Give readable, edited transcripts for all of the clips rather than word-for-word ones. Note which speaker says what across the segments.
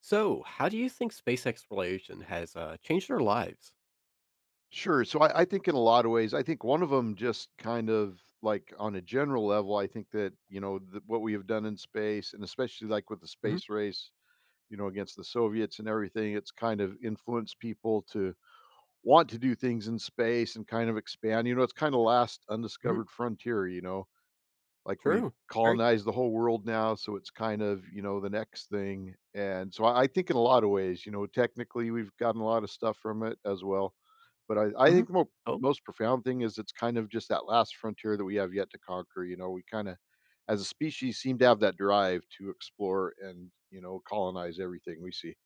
Speaker 1: So, how do you think space exploration has changed our lives?
Speaker 2: Sure. So I think in a lot of ways. I think one of them just kind of like on a general level, I think that, you know, th what we have done in space, and especially like with the
Speaker 1: Hmm.
Speaker 2: space race, you know, against the Soviets and everything, it's kind of influenced people to want to do things in space and kind of expand. You know, it's kind of last
Speaker 1: Hmm.
Speaker 2: undiscovered frontier, you know. Like, we
Speaker 1: True, very true.
Speaker 2: colonize the whole world now, so it's kind of, you know, the next thing, and so I think in a lot of ways, you know, technically, we've gotten a lot of stuff from it as well, but I
Speaker 1: Hmm.
Speaker 2: think the mo
Speaker 1: Oh,
Speaker 2: most profound thing is it's kind of just that last frontier that we have yet to conquer. You know, we kinda, as a species, seem to have that drive to explore and, you know, colonize everything we see.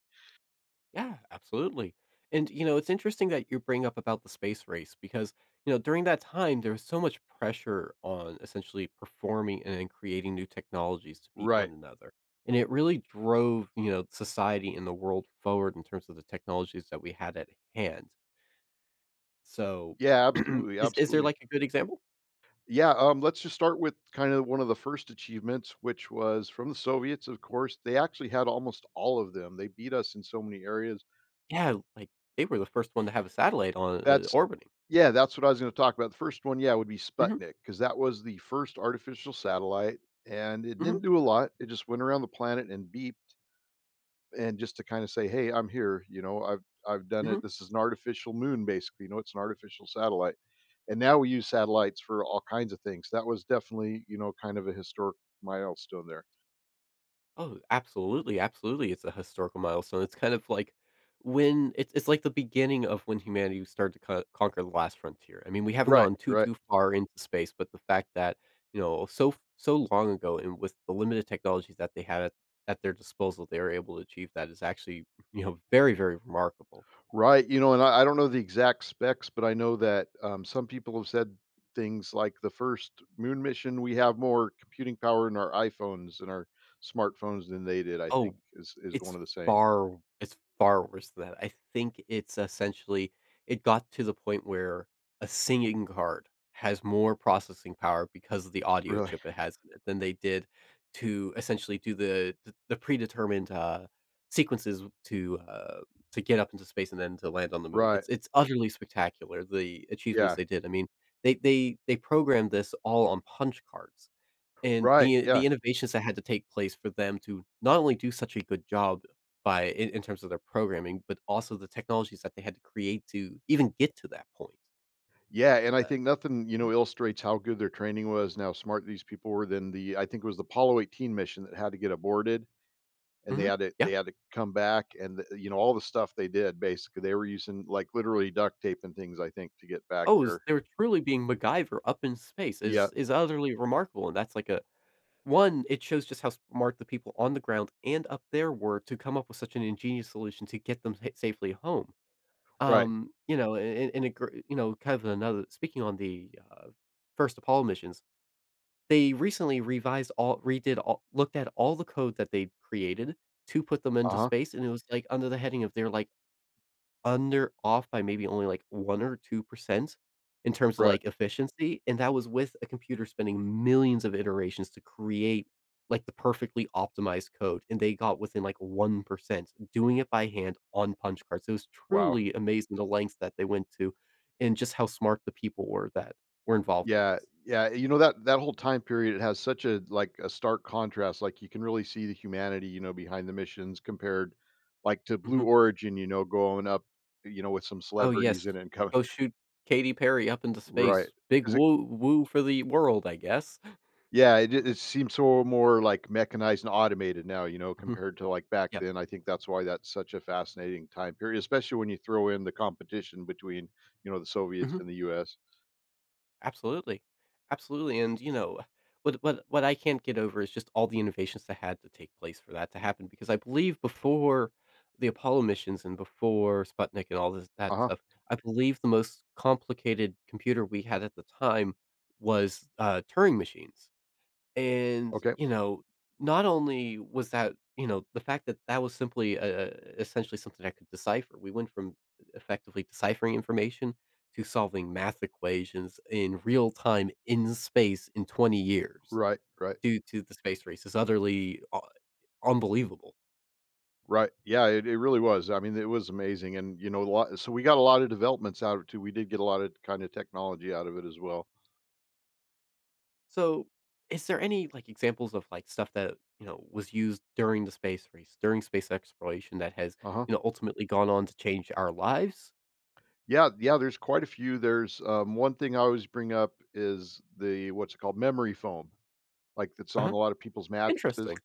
Speaker 1: yeah, absolutely. And it's interesting that you bring up about the space race because during that time there was so much pressure on essentially performing and then creating new technologies to beat
Speaker 2: Right.
Speaker 1: one another, and it really drove society and the world forward in terms of the technologies that we had at hand. So,
Speaker 2: Yeah, absolutely,
Speaker 1: is there
Speaker 2: absolutely.
Speaker 1: like a good example?
Speaker 2: Yeah, let's just start with kind of one of the first achievements, which was from the Soviets, of course. They actually had almost all of them. They beat us in so many areas.
Speaker 1: Yeah, like, they were the first one to have a satellite on,
Speaker 2: That's
Speaker 1: orbiting.
Speaker 2: yeah, that's what I was going to talk about. The first one, yeah, would be
Speaker 1: Mhm,
Speaker 2: Sputnik because that was the first artificial satellite, and it
Speaker 1: mhm,
Speaker 2: didn't do a lot. It just went around the planet and beeped, and just to kind of say, "Hey, I'm here. You know, I've done
Speaker 1: mhm.
Speaker 2: it. This is an artificial moon, basically. You know, it's an artificial satellite." And now we use satellites for all kinds of things. That was definitely, you know, kind of a historic milestone there.
Speaker 1: Oh, absolutely, absolutely, it's a historical milestone, it's kind of like when it's like the beginning of when humanity started to co conquer the last frontier. I mean, we haven't
Speaker 2: Right,
Speaker 1: gone too,
Speaker 2: right,
Speaker 1: too far into space, but the fact that, you know, so so long ago and with the limited technologies that they had at their disposal, they were able to achieve that is actually, very, very remarkable.
Speaker 2: right. You know, and I don't know the exact specs, but I know that some people have said things like the first moon mission, we have more computing power in our iPhones and our smartphones than they did. I
Speaker 1: Oh,
Speaker 2: think is one
Speaker 1: it's
Speaker 2: of the sayings.
Speaker 1: it's far worse than that. I think it's essentially it got to the point where a singing card has more processing power because of the audio
Speaker 2: Really,
Speaker 1: chip it has in it than they did to essentially do the predetermined, sequences to get up into space and then to land on the moon.
Speaker 2: right,
Speaker 1: It's utterly spectacular, the achievements
Speaker 2: yeah,
Speaker 1: they did. I mean, they programmed this all on punch cards. And
Speaker 2: right,
Speaker 1: the
Speaker 2: yeah.
Speaker 1: the innovations that had to take place for them to not only do such a good job by in terms of their programming, but also the technologies that they had to create to even get to that point.
Speaker 2: Yeah, and I
Speaker 1: Uh,
Speaker 2: think nothing, you
Speaker 1: mhm,
Speaker 2: know, illustrates how good their training was and how smart these people were than the I think it was the Apollo 18 mission that had to get aborted, and they
Speaker 1: mhm,
Speaker 2: had to
Speaker 1: yeah.
Speaker 2: they had to come back and th you know, all the stuff they did basically. They were using, like, literally duct tape and things, I think, to get back
Speaker 1: Oh, it was
Speaker 2: there.
Speaker 1: they were truly being MacGyver up in space
Speaker 2: Yeah,
Speaker 1: is utterly remarkable, and that's like a one, it shows just how smart the people on the ground and up there were to come up with such an ingenious solution to get them sa safely home.
Speaker 2: right.
Speaker 1: A and a gr kind of another speaking on the, first Apollo missions. They recently revised all redid all looked at all the code that they'd created to put them into
Speaker 2: Uh-huh,
Speaker 1: space, and it was, like, under the heading of they're, like, under off by maybe only, like, 1 or 2% in terms of,
Speaker 2: right.
Speaker 1: like, efficiency, and that was with a computer spending millions of iterations to create, like, the perfectly optimized code, and they got within, like, 1%, doing it by hand on punch cards. It was
Speaker 2: Wow.
Speaker 1: truly amazing the lengths that they went to and just how smart the people were that were involved in
Speaker 2: Yeah,
Speaker 1: these.
Speaker 2: yeah, you know, that that whole time period, it has such a, like, a stark contrast, like, you can really see the humanity, you know, behind the missions compared, like, to Blue
Speaker 1: Mhm.
Speaker 2: Origin, you know, going up, you know, with some
Speaker 1: Oh, yes.
Speaker 2: celebrities in it and coming.
Speaker 1: Go shoot Katy Perry up into
Speaker 2: Right,
Speaker 1: space. Big
Speaker 2: 'cause it
Speaker 1: woo woo for the world, I guess.
Speaker 2: yeah, it seems so more, like, mechanized and automated now, you know,
Speaker 1: Mhm.
Speaker 2: compared to, like, back
Speaker 1: Yep.
Speaker 2: then. I think that's why that's such a fascinating time period, especially when you throw in the competition between, you know, the Soviets
Speaker 1: Mhm.
Speaker 2: and the US.
Speaker 1: Absolutely. Absolutely, and, what I can't get over is just all the innovations that had to take place for that to happen because I believe before the Apollo missions and before Sputnik and all this that
Speaker 2: Uh-huh,
Speaker 1: stuff, I believe the most complicated computer we had at the time was, Turing machines. And,
Speaker 2: okay.
Speaker 1: not only was that the fact that that was simply, essentially something I could decipher. We went from effectively deciphering information to solving math equations in real time in space in 20 years
Speaker 2: Right, right,
Speaker 1: due to the space race is utterly u unbelievable.
Speaker 2: right. Yeah, it really was. I mean, it was amazing, and, you know, a lot so we got a lot of developments out of it too. We did get a lot of kinda technology out of it as well.
Speaker 1: So, is there any, like, examples of, like, stuff that, was used during the space race, during space exploration that has,
Speaker 2: Uh-huh.
Speaker 1: ultimately gone on to change our lives?
Speaker 2: Yeah, yeah, there's quite a few. There's, one thing I always bring up is the what's it called? Memory foam. Like, that's on
Speaker 1: Uh-huh.
Speaker 2: a lot of people's
Speaker 1: Interesting.
Speaker 2: mattresses.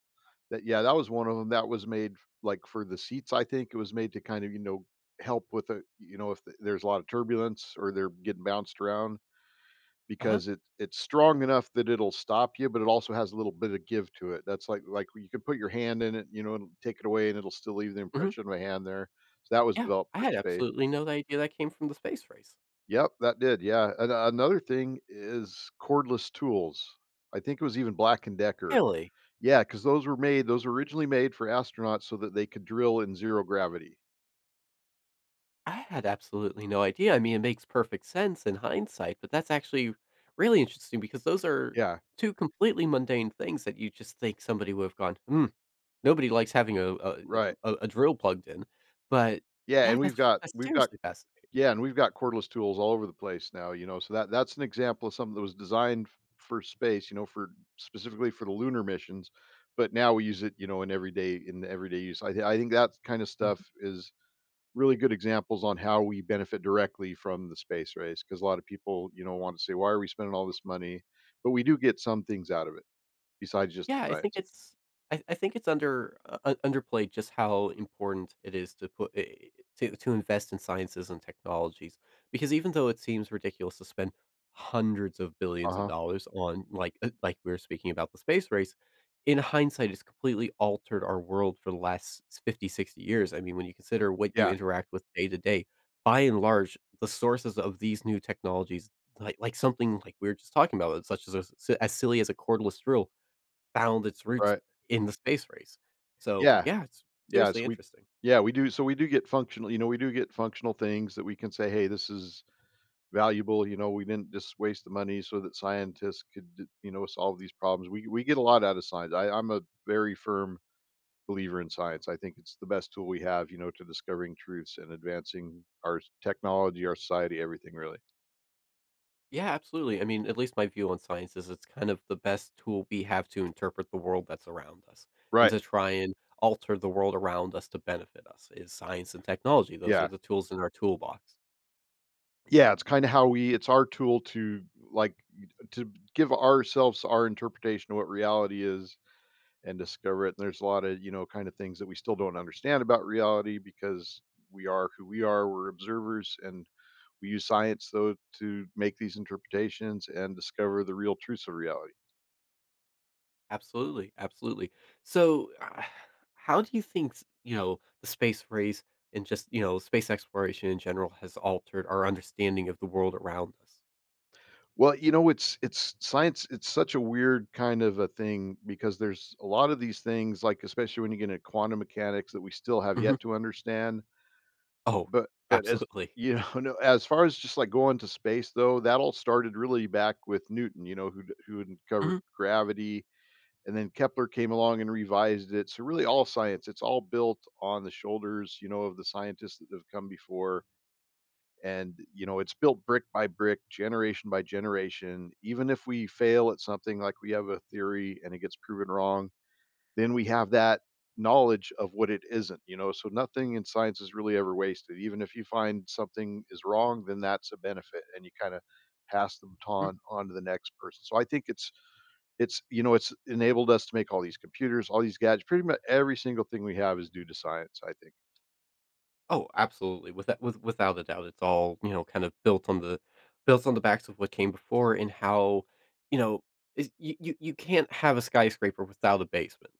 Speaker 2: That yeah, that was one of them. That was made, like, for the seats, I think it was made to kind of, you know, help with a you know, if th there's a lot of turbulence or they're getting bounced around
Speaker 1: Uh-huh.
Speaker 2: because it's strong enough that it'll stop you, but it also has a little bit of give to it. That's like, you can put your hand in it, you know, and take it away, and it'll still leave the
Speaker 1: Mhm.
Speaker 2: impression of a hand there. So that was
Speaker 1: Yeah,
Speaker 2: developed
Speaker 1: I
Speaker 2: for
Speaker 1: had
Speaker 2: space.
Speaker 1: absolutely no idea that came from the space race.
Speaker 2: Yep, that did, yeah. And another thing is cordless tools. I think it was even Black& and Decker.
Speaker 1: Really?
Speaker 2: Yeah, because those were originally made for astronauts so that they could drill in 0 gravity.
Speaker 1: I had absolutely no idea. I mean, it makes perfect sense in hindsight, but that's actually really interesting because those are
Speaker 2: Yeah,
Speaker 1: two completely mundane things that you just think somebody would have gone, "Hmm, nobody likes having a a
Speaker 2: right.
Speaker 1: a a drill plugged in." But,
Speaker 2: Yeah,
Speaker 1: yeah,
Speaker 2: and we've
Speaker 1: that's
Speaker 2: got
Speaker 1: that's
Speaker 2: we've got
Speaker 1: seriously fascinating.
Speaker 2: yeah, and we've got cordless tools all over the place now, you know, so that that's an example of something that was designed f for space, you know, for specifically for the lunar missions, but now we use it, you know, in everyday use. I think that kind of stuff is really good examples on how we benefit directly from the space race because a lot of people, you know, want to say, "Why are we spending all this money?" But we do get some things out of it besides just the
Speaker 1: Yeah,
Speaker 2: science.
Speaker 1: I think it's under u u underplayed just how important it is to put I to invest in sciences and technologies, because even though it seems ridiculous to spend hundreds of billions of
Speaker 2: Uh-huh.
Speaker 1: dollars on, like we were speaking about the space race, in hindsight, it's completely altered our world for the last 50-60 years. I mean, when you consider what you
Speaker 2: Yeah,
Speaker 1: interact with day to day, by and large, the sources of these new technologies, like something like we were just talking about, such as a s as silly as a cordless drill, found its roots
Speaker 2: right.
Speaker 1: in the space race. So,
Speaker 2: Yeah,
Speaker 1: yeah, it's
Speaker 2: yeah, so
Speaker 1: seriously
Speaker 2: we
Speaker 1: interesting.
Speaker 2: yeah, we do so we do get functional you know, we do get functional things that we can say, "Hey, this is valuable," you know, "We didn't just waste the money so that scientists could d you know, solve these problems." We get a lot out of science. I'm a very firm believer in science. I think it's the best tool we have, you know, to discovering truths and advancing our s technology, our society, everything really.
Speaker 1: Yeah, absolutely. I mean, at least my view on science is it's kind of the best tool we have to interpret the world that's around us and
Speaker 2: Right.
Speaker 1: to try and alter the world around us to benefit us is science and technology. Those are
Speaker 2: Yeah.
Speaker 1: the tools in our toolbox.
Speaker 2: Yeah, it's kinda how we it's our tool to, like, to give ourselves our interpretation of what reality is and discover it. And there's a lot of, you know, kind of things that we still don't understand about reality because we are who we are. We're observers, and we use science, though, to make these interpretations and discover the real truths of reality.
Speaker 1: Absolutely. Absolutely. So, how do you think, the space race and just, space exploration in general has altered our understanding of the world around us?
Speaker 2: Well, you know, it's science. It's such a weird kind of a thing because there's a lot of these things, like especially when you get into quantum mechanics, that we still have
Speaker 1: Mhm.
Speaker 2: yet to understand.
Speaker 1: Oh,
Speaker 2: But as
Speaker 1: absolutely.
Speaker 2: you know, no, as far as just like going to space, though, that all started really back with Newton. You know, who who
Speaker 1: Mm-hmm.
Speaker 2: uncovered gravity, and then Kepler came along and revised it. So really, all science, it's all built on the shoulders, you know, of the scientists that have come before, and you know, it's built brick by brick, generation by generation. Even if we fail at something, like we have a theory and it gets proven wrong, then we have that knowledge of what it isn't. You know, so nothing in science is really ever wasted. Even if you find something is wrong, then that's a benefit, and you kind of pass the
Speaker 1: Mm.
Speaker 2: baton on to the next person. So I think it's you know, it's enabled us to make all these computers, all these gadgets. Pretty much every single thing we have is due to science, I think.
Speaker 1: Oh, absolutely. With that, without a doubt, it's all kind of built on the backs of what came before, and how you know is, you can't have a skyscraper without a basement.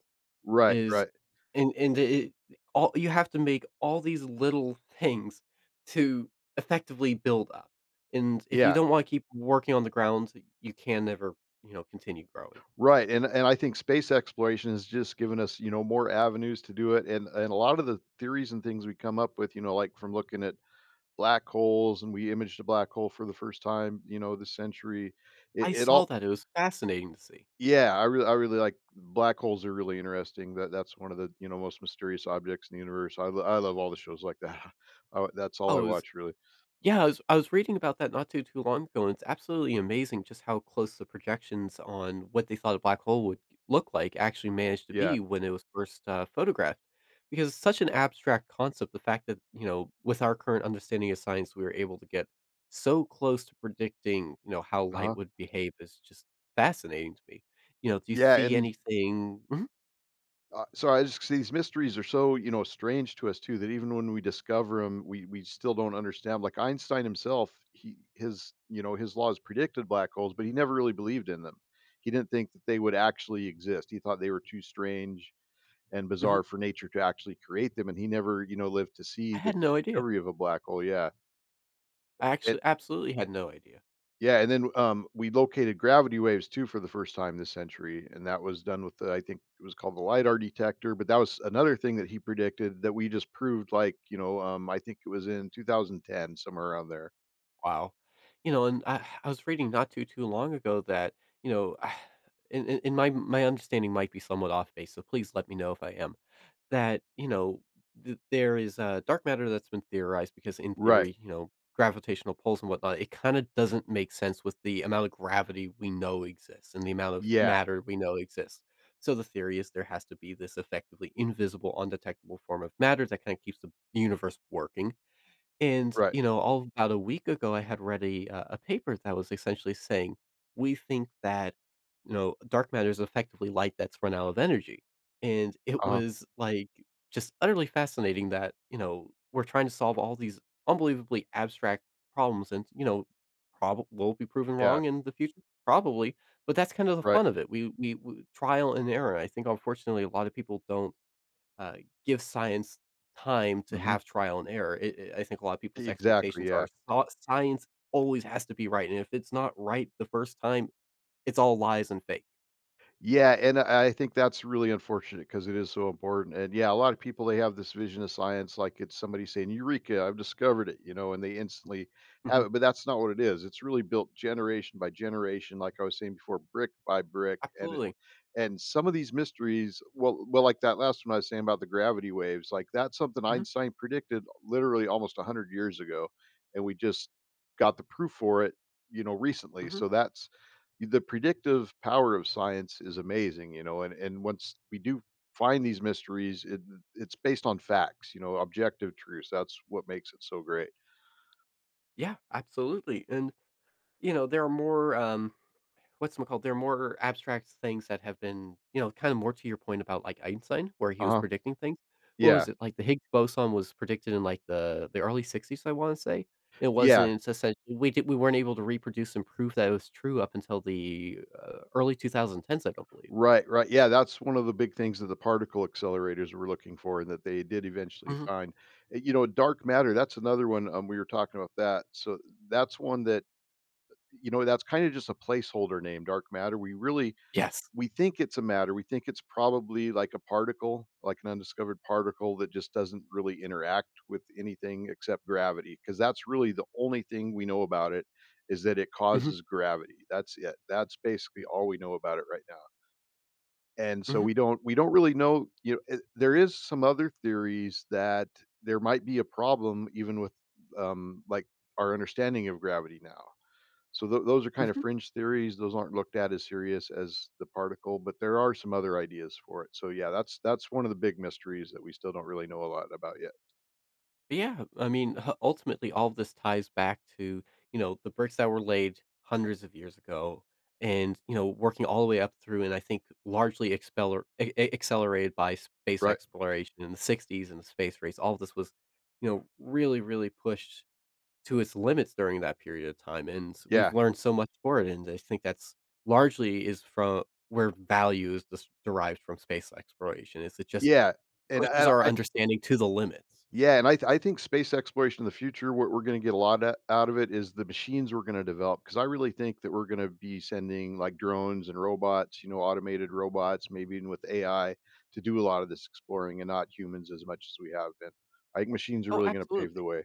Speaker 2: Right,
Speaker 1: Is
Speaker 2: right,
Speaker 1: and it, all you have to make all these little things to effectively build up, and if you
Speaker 2: yeah,
Speaker 1: don't want to keep working on the ground, you can never continue growing.
Speaker 2: right. And I think space exploration has just given us, you know, more avenues to do it. And a lot of the theories and things we come up with, you know, like from looking at black holes, and we imaged a black hole for the first time, you know, this century. it,
Speaker 1: I
Speaker 2: it
Speaker 1: saw
Speaker 2: all
Speaker 1: that; it was fascinating to see.
Speaker 2: yeah, I really black holes are really interesting. That that's one of the, you know, most mysterious objects in the universe. I love all the shows like that. That's all I
Speaker 1: Oh, it was
Speaker 2: watch really.
Speaker 1: yeah, I was reading about that not too too long ago, and it's absolutely amazing just how close the projections on what they thought a black hole would look like actually managed to
Speaker 2: Yeah.
Speaker 1: be when it was first photographed. Because it's such an abstract concept, the fact that with our current understanding of science, we were able to get so close to predicting, how light
Speaker 2: Uh-huh.
Speaker 1: would behave is just fascinating to me. Do you
Speaker 2: Yeah,
Speaker 1: see
Speaker 2: and these
Speaker 1: anything? Mhm,
Speaker 2: so I just see these mysteries are so, you know, strange to us too that even when we discover them, we still don't understand. Like Einstein himself, you know, his laws predicted black holes, but he never really believed in them. He didn't think that they would actually exist. He thought they were too strange and
Speaker 1: mhm.
Speaker 2: bizarre for nature to actually create them, and he never, you know, lived to
Speaker 1: I
Speaker 2: see the
Speaker 1: had no idea.
Speaker 2: discovery of a black hole. Yeah.
Speaker 1: I actually absolutely had no idea.
Speaker 2: Yeah, and then, we located gravity waves too for the first time this century, and that was done with the I think it was called the LiDAR detector, but that was another thing that he predicted that we just proved, like, you know, I think it was in 2010, somewhere around there.
Speaker 1: Wow. And I was reading not too too long ago that, you know, and my understanding might be somewhat off base, so please let me know if I am. That, there is dark matter that's been theorized because in
Speaker 2: Right.
Speaker 1: theory, gravitational pulls and whatnot, it kind of doesn't make sense with the amount of gravity we know exists and the amount of
Speaker 2: Yeah,
Speaker 1: matter we know exists. So the theory is there has to be this effectively invisible, undetectable form of matter that kind of keeps the universe working and,
Speaker 2: right.
Speaker 1: all about a week ago, I had read a paper that was essentially saying, we think that, dark matter is effectively light that's run out of energy. And it
Speaker 2: Uh-huh.
Speaker 1: was like just utterly fascinating that, we're trying to solve all these unbelievably abstract problems and, probably will be proven
Speaker 2: Yeah,
Speaker 1: wrong in the future. Probably, but that's kind of the
Speaker 2: right.
Speaker 1: fun of it. We trial and error. I think unfortunately a lot of people don't uh, give science time to
Speaker 2: Mhm.
Speaker 1: have trial and error. I think a lot of people's
Speaker 2: Exactly,
Speaker 1: expectations are
Speaker 2: yeah.
Speaker 1: thought science always has to be right, and if it's not right the first time, it's all lies and fake.
Speaker 2: Yeah, and I think that's really unfortunate because it is so important. And yeah, a lot of people they have this vision of science like it's somebody saying, "Eureka! I've discovered it," you know, and they instantly have
Speaker 1: Mhm,
Speaker 2: it. But that's not what it is. It's really built generation by generation, like I was saying before, brick by brick,
Speaker 1: absolutely.
Speaker 2: and some of these mysteries, well well, like that last one I was saying about the gravity waves, like, that's something
Speaker 1: Mhm,
Speaker 2: Einstein predicted literally almost 100 years ago, and we just got the proof for it, you know, recently.
Speaker 1: mhm.
Speaker 2: So that's the predictive power of science is amazing, you know. And once we do find these mysteries, it's based on facts, you know, objective truths. That's what makes it so great.
Speaker 1: Yeah, absolutely, and there are more what's it called? They're more abstract things that have been, kind of more to your point about like Einstein, where he was
Speaker 2: Uh-huh.
Speaker 1: predicting things. What was
Speaker 2: Yeah.
Speaker 1: it like? The Higgs boson was predicted in like the early '60s, I want to say. It
Speaker 2: Yeah.
Speaker 1: wasn't essentially we weren't able to reproduce and prove that it was true up until the early 2010s, I don't believe.
Speaker 2: Right, right. Yeah, that's one of the big things that the particle accelerators were looking for and that they did eventually
Speaker 1: Mhm.
Speaker 2: find. You know, dark matter, that's another one we were talking about that. So that's one that, you know, that's kind of just a placeholder name, dark matter.
Speaker 1: Yes.
Speaker 2: We think it's a matter. We think it's probably like a particle, like an undiscovered particle that just doesn't really interact with anything except gravity, because that's really the only thing we know about it is that it
Speaker 1: Hmm.
Speaker 2: causes gravity. That's it. That's basically all we know about it right now. And so
Speaker 1: Hmm.
Speaker 2: we don't really know, you know, there is some other theories that there might be a problem even with, um, like, our understanding of gravity now. So those are kind of
Speaker 1: Hmm.
Speaker 2: fringe theories. Those aren't looked at as serious as the particle, but there are some other ideas for it. So, yeah, that's one of the big mysteries that we still don't really know a lot about yet.
Speaker 1: But yeah, I mean, h ultimately, all of this ties back to, the bricks that were laid hundreds of years ago and, working all the way up through and I think largely expeller a accelerated by space
Speaker 2: Right.
Speaker 1: exploration in the '60s and the space race. All of this was, really, really pushed to its limits during that period of time, and we've
Speaker 2: Yeah.
Speaker 1: learned so much for it, and I think that's largely is from where value is just derived from space exploration, is it just
Speaker 2: Yeah, and
Speaker 1: pushes
Speaker 2: I
Speaker 1: our understanding to the limits.
Speaker 2: Yeah, and I think space exploration in the future, what we're going to get a lot out of it is the machines we're going to develop. Because I really think that we're going to be sending like drones and robots, you know, automated robots, maybe even with AI, to do a lot of this exploring and not humans as much as we have been. I think machines are
Speaker 1: Oh,
Speaker 2: really going to pave
Speaker 1: absolutely.
Speaker 2: the way.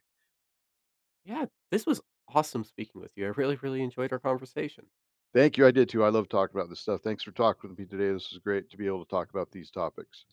Speaker 1: Yeah, this was awesome speaking with you. I really, really enjoyed our conversation.
Speaker 2: Thank you. I did too. I love talking about this stuff. Thanks for talking with me today. This was great to be able to talk about these topics.